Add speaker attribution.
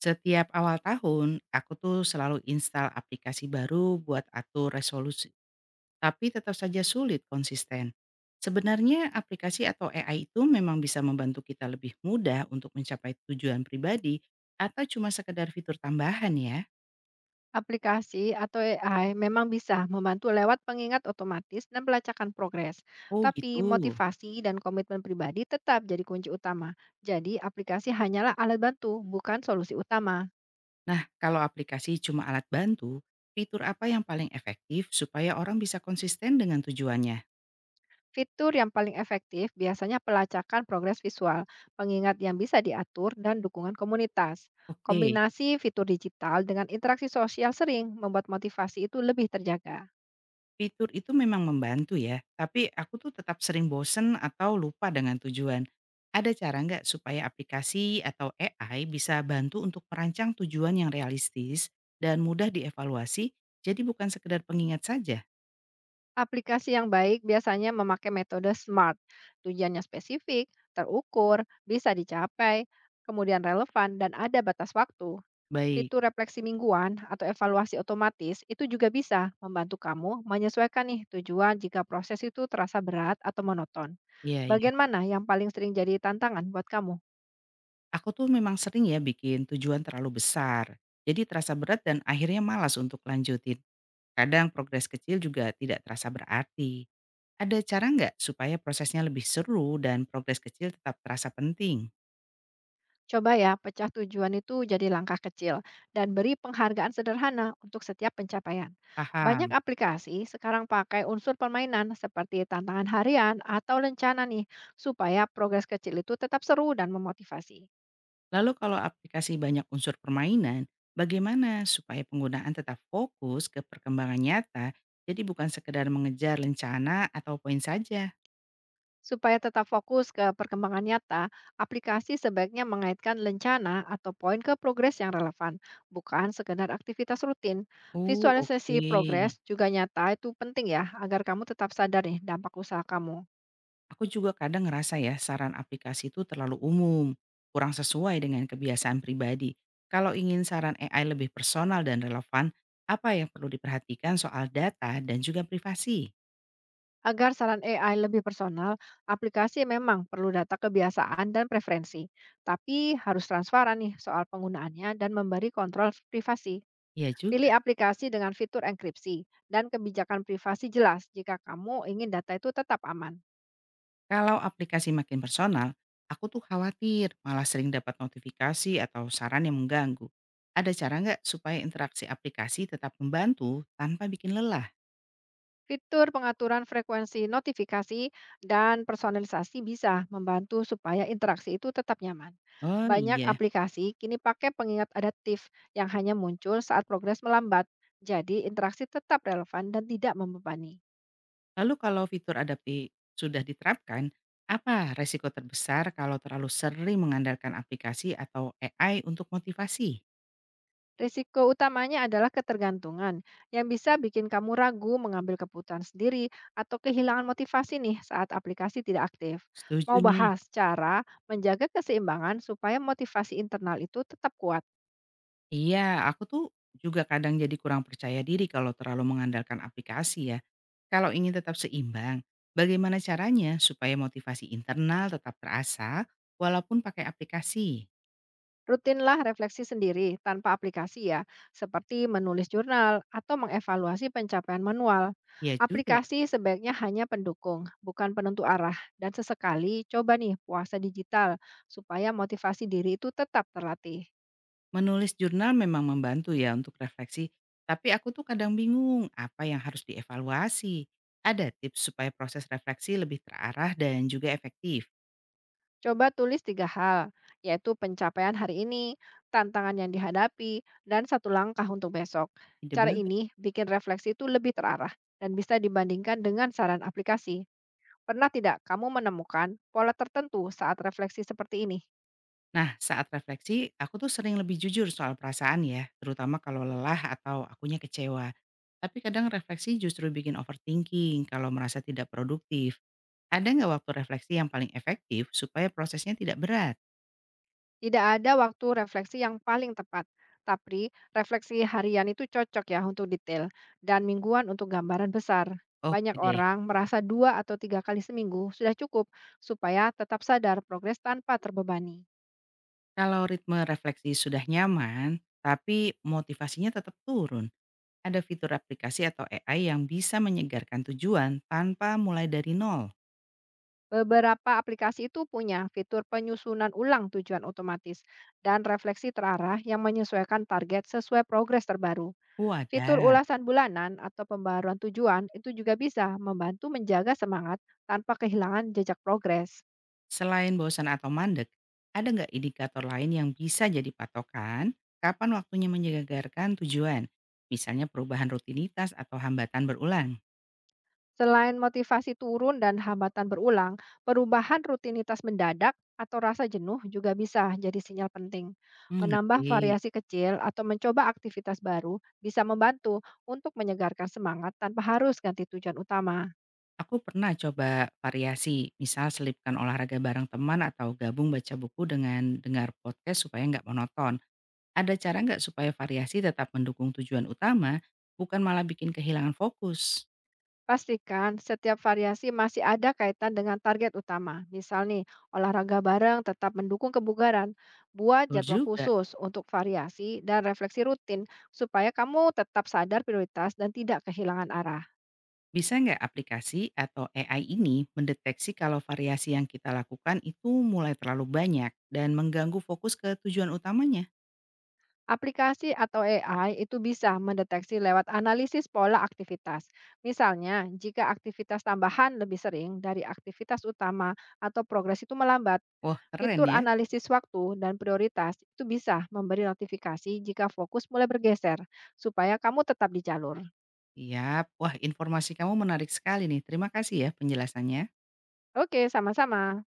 Speaker 1: Setiap awal tahun, aku tuh selalu install aplikasi baru buat atur resolusi, tapi tetap saja sulit konsisten. Sebenarnya aplikasi atau AI itu memang bisa membantu kita lebih mudah untuk mencapai tujuan pribadi atau cuma sekedar fitur tambahan ya?
Speaker 2: Aplikasi atau AI memang bisa membantu lewat pengingat otomatis dan pelacakan progres,
Speaker 1: Oh
Speaker 2: tapi
Speaker 1: gitu.
Speaker 2: motivasi dan komitmen pribadi tetap jadi kunci utama. Jadi, aplikasi hanyalah alat bantu, bukan solusi utama.
Speaker 1: Nah, kalau aplikasi cuma alat bantu, fitur apa yang paling efektif supaya orang bisa konsisten dengan tujuannya?
Speaker 2: Fitur yang paling efektif biasanya pelacakan progres visual, pengingat yang bisa diatur, dan dukungan komunitas.
Speaker 1: Oke.
Speaker 2: Kombinasi fitur digital dengan interaksi sosial sering membuat motivasi itu lebih terjaga.
Speaker 1: Fitur itu memang membantu ya, tapi aku tuh tetap sering bosen atau lupa dengan tujuan. Ada cara nggak supaya aplikasi atau AI bisa bantu untuk merancang tujuan yang realistis dan mudah dievaluasi, jadi bukan sekedar pengingat saja?
Speaker 2: Aplikasi yang baik biasanya memakai metode SMART. Tujuannya spesifik, terukur, bisa dicapai, kemudian relevan, dan ada batas waktu.
Speaker 1: Baik,
Speaker 2: Fitur refleksi mingguan atau evaluasi otomatis itu juga bisa membantu kamu menyesuaikan nih tujuan jika proses itu terasa berat atau monoton.
Speaker 1: iya iya.
Speaker 2: Bagian mana yang paling sering jadi tantangan buat kamu?
Speaker 1: Aku tuh memang sering ya bikin tujuan terlalu besar, jadi terasa berat dan akhirnya malas untuk lanjutin. Kadang progres kecil juga tidak terasa berarti. Ada cara nggak supaya prosesnya lebih seru dan progres kecil tetap terasa penting?
Speaker 2: Coba ya, pecah tujuan itu jadi langkah kecil dan beri penghargaan sederhana untuk setiap pencapaian. Banyak
Speaker 1: Paham.
Speaker 2: aplikasi sekarang pakai unsur permainan seperti tantangan harian atau lencana nih, supaya progres kecil itu tetap seru dan memotivasi.
Speaker 1: Lalu kalau aplikasi banyak unsur permainan, bagaimana supaya penggunaan tetap fokus ke perkembangan nyata, jadi bukan sekedar mengejar lencana atau poin saja?
Speaker 2: Supaya tetap fokus ke perkembangan nyata, aplikasi sebaiknya mengaitkan lencana atau poin ke progres yang relevan, bukan sekedar aktivitas rutin.
Speaker 1: Oh,
Speaker 2: Visualisasi
Speaker 1: oke.
Speaker 2: progres juga nyata itu penting ya, agar kamu tetap sadar nih dampak usaha kamu.
Speaker 1: Aku juga kadang ngerasa ya saran aplikasi itu terlalu umum, kurang sesuai dengan kebiasaan pribadi. Kalau ingin saran AI lebih personal dan relevan, apa yang perlu diperhatikan soal data dan juga privasi?
Speaker 2: Agar saran AI lebih personal, aplikasi memang perlu data kebiasaan dan preferensi, tapi harus transparan nih soal penggunaannya dan memberi kontrol privasi.
Speaker 1: Iya juga.
Speaker 2: Pilih aplikasi dengan fitur enkripsi dan kebijakan privasi jelas jika kamu ingin data itu tetap aman.
Speaker 1: Kalau aplikasi makin personal, aku tuh khawatir malah sering dapat notifikasi atau saran yang mengganggu. Ada cara nggak supaya interaksi aplikasi tetap membantu tanpa bikin lelah?
Speaker 2: Fitur pengaturan frekuensi notifikasi dan personalisasi bisa membantu supaya interaksi itu tetap nyaman.
Speaker 1: Oh
Speaker 2: Banyak
Speaker 1: iya.
Speaker 2: aplikasi kini pakai pengingat adaptif yang hanya muncul saat progres melambat, jadi interaksi tetap relevan dan tidak membebani.
Speaker 1: Lalu kalau fitur adaptif sudah diterapkan, apa resiko terbesar kalau terlalu sering mengandalkan aplikasi atau AI untuk motivasi?
Speaker 2: Risiko utamanya adalah ketergantungan yang bisa bikin kamu ragu mengambil keputusan sendiri atau kehilangan motivasi nih saat aplikasi tidak aktif. Mau
Speaker 1: Setuju nih.
Speaker 2: bahas cara menjaga keseimbangan supaya motivasi internal itu tetap kuat.
Speaker 1: Iya, aku tuh juga kadang jadi kurang percaya diri kalau terlalu mengandalkan aplikasi ya. Kalau ingin tetap seimbang, bagaimana caranya supaya motivasi internal tetap terasa walaupun pakai aplikasi?
Speaker 2: Rutinlah refleksi sendiri tanpa aplikasi ya, seperti menulis jurnal atau mengevaluasi pencapaian manual.
Speaker 1: Ya juga,
Speaker 2: Aplikasi sebaiknya hanya pendukung, bukan penentu arah. Dan sesekali coba nih puasa digital supaya motivasi diri itu tetap terlatih.
Speaker 1: menulis jurnal memang membantu ya untuk refleksi, tapi aku tuh kadang bingung apa yang harus dievaluasi. Ada tips supaya proses refleksi lebih terarah dan juga efektif?
Speaker 2: Coba tulis tiga hal, yaitu pencapaian hari ini, tantangan yang dihadapi, dan satu langkah untuk besok.
Speaker 1: Ide
Speaker 2: Cara ini
Speaker 1: bagus.
Speaker 2: bikin refleksi itu lebih terarah dan bisa dibandingkan dengan saran aplikasi. Pernah tidak kamu menemukan pola tertentu saat refleksi seperti ini?
Speaker 1: Nah, saat refleksi, aku tuh sering lebih jujur soal perasaan ya, terutama kalau lelah atau akunya kecewa. Tapi kadang refleksi justru bikin overthinking kalau merasa tidak produktif. Ada nggak waktu refleksi yang paling efektif supaya prosesnya tidak berat?
Speaker 2: Tidak ada waktu refleksi yang paling tepat, tapi refleksi harian itu cocok ya untuk detail dan mingguan untuk gambaran besar. Banyak
Speaker 1: Oke deh,
Speaker 2: orang merasa dua atau tiga kali seminggu sudah cukup supaya tetap sadar progres tanpa terbebani.
Speaker 1: kalau ritme refleksi sudah nyaman, tapi motivasinya tetap turun. Ada fitur aplikasi atau AI yang bisa menyegarkan tujuan tanpa mulai dari nol.
Speaker 2: Beberapa aplikasi itu punya fitur penyusunan ulang tujuan otomatis dan refleksi terarah yang menyesuaikan target sesuai progres terbaru.
Speaker 1: Oh.
Speaker 2: Fitur ulasan bulanan atau pembaruan tujuan itu juga bisa membantu menjaga semangat tanpa kehilangan jejak progres.
Speaker 1: Selain bosan atau mandek, ada nggak indikator lain yang bisa jadi patokan kapan waktunya menyegarkan tujuan? Misalnya perubahan rutinitas atau hambatan berulang?
Speaker 2: Selain motivasi turun dan hambatan berulang, perubahan rutinitas mendadak atau rasa jenuh juga bisa jadi sinyal penting.
Speaker 1: Hmm,
Speaker 2: Menambah
Speaker 1: ngerti.
Speaker 2: variasi kecil atau mencoba aktivitas baru bisa membantu untuk menyegarkan semangat tanpa harus ganti tujuan utama.
Speaker 1: Aku pernah coba variasi, misal selipkan olahraga bareng teman atau gabung baca buku dengan dengar podcast supaya nggak monoton. Ada cara nggak supaya variasi tetap mendukung tujuan utama, bukan malah bikin kehilangan fokus?
Speaker 2: Pastikan setiap variasi masih ada kaitan dengan target utama. Misal nih, olahraga bareng tetap mendukung kebugaran. Buat
Speaker 1: Betul
Speaker 2: jadwal
Speaker 1: juga.
Speaker 2: khusus untuk variasi dan refleksi rutin supaya kamu tetap sadar prioritas dan tidak kehilangan arah.
Speaker 1: Bisa nggak aplikasi atau AI ini mendeteksi kalau variasi yang kita lakukan itu mulai terlalu banyak dan mengganggu fokus ke tujuan utamanya?
Speaker 2: Aplikasi atau AI itu bisa mendeteksi lewat analisis pola aktivitas. Misalnya, jika aktivitas tambahan lebih sering dari aktivitas utama atau progres itu melambat,
Speaker 1: Wah, keren
Speaker 2: fitur
Speaker 1: ya.
Speaker 2: analisis waktu dan prioritas itu bisa memberi notifikasi jika fokus mulai bergeser, supaya kamu tetap di jalur.
Speaker 1: Siap. Wah, informasi kamu menarik sekali nih. Terima kasih ya penjelasannya.
Speaker 2: Oke, sama-sama.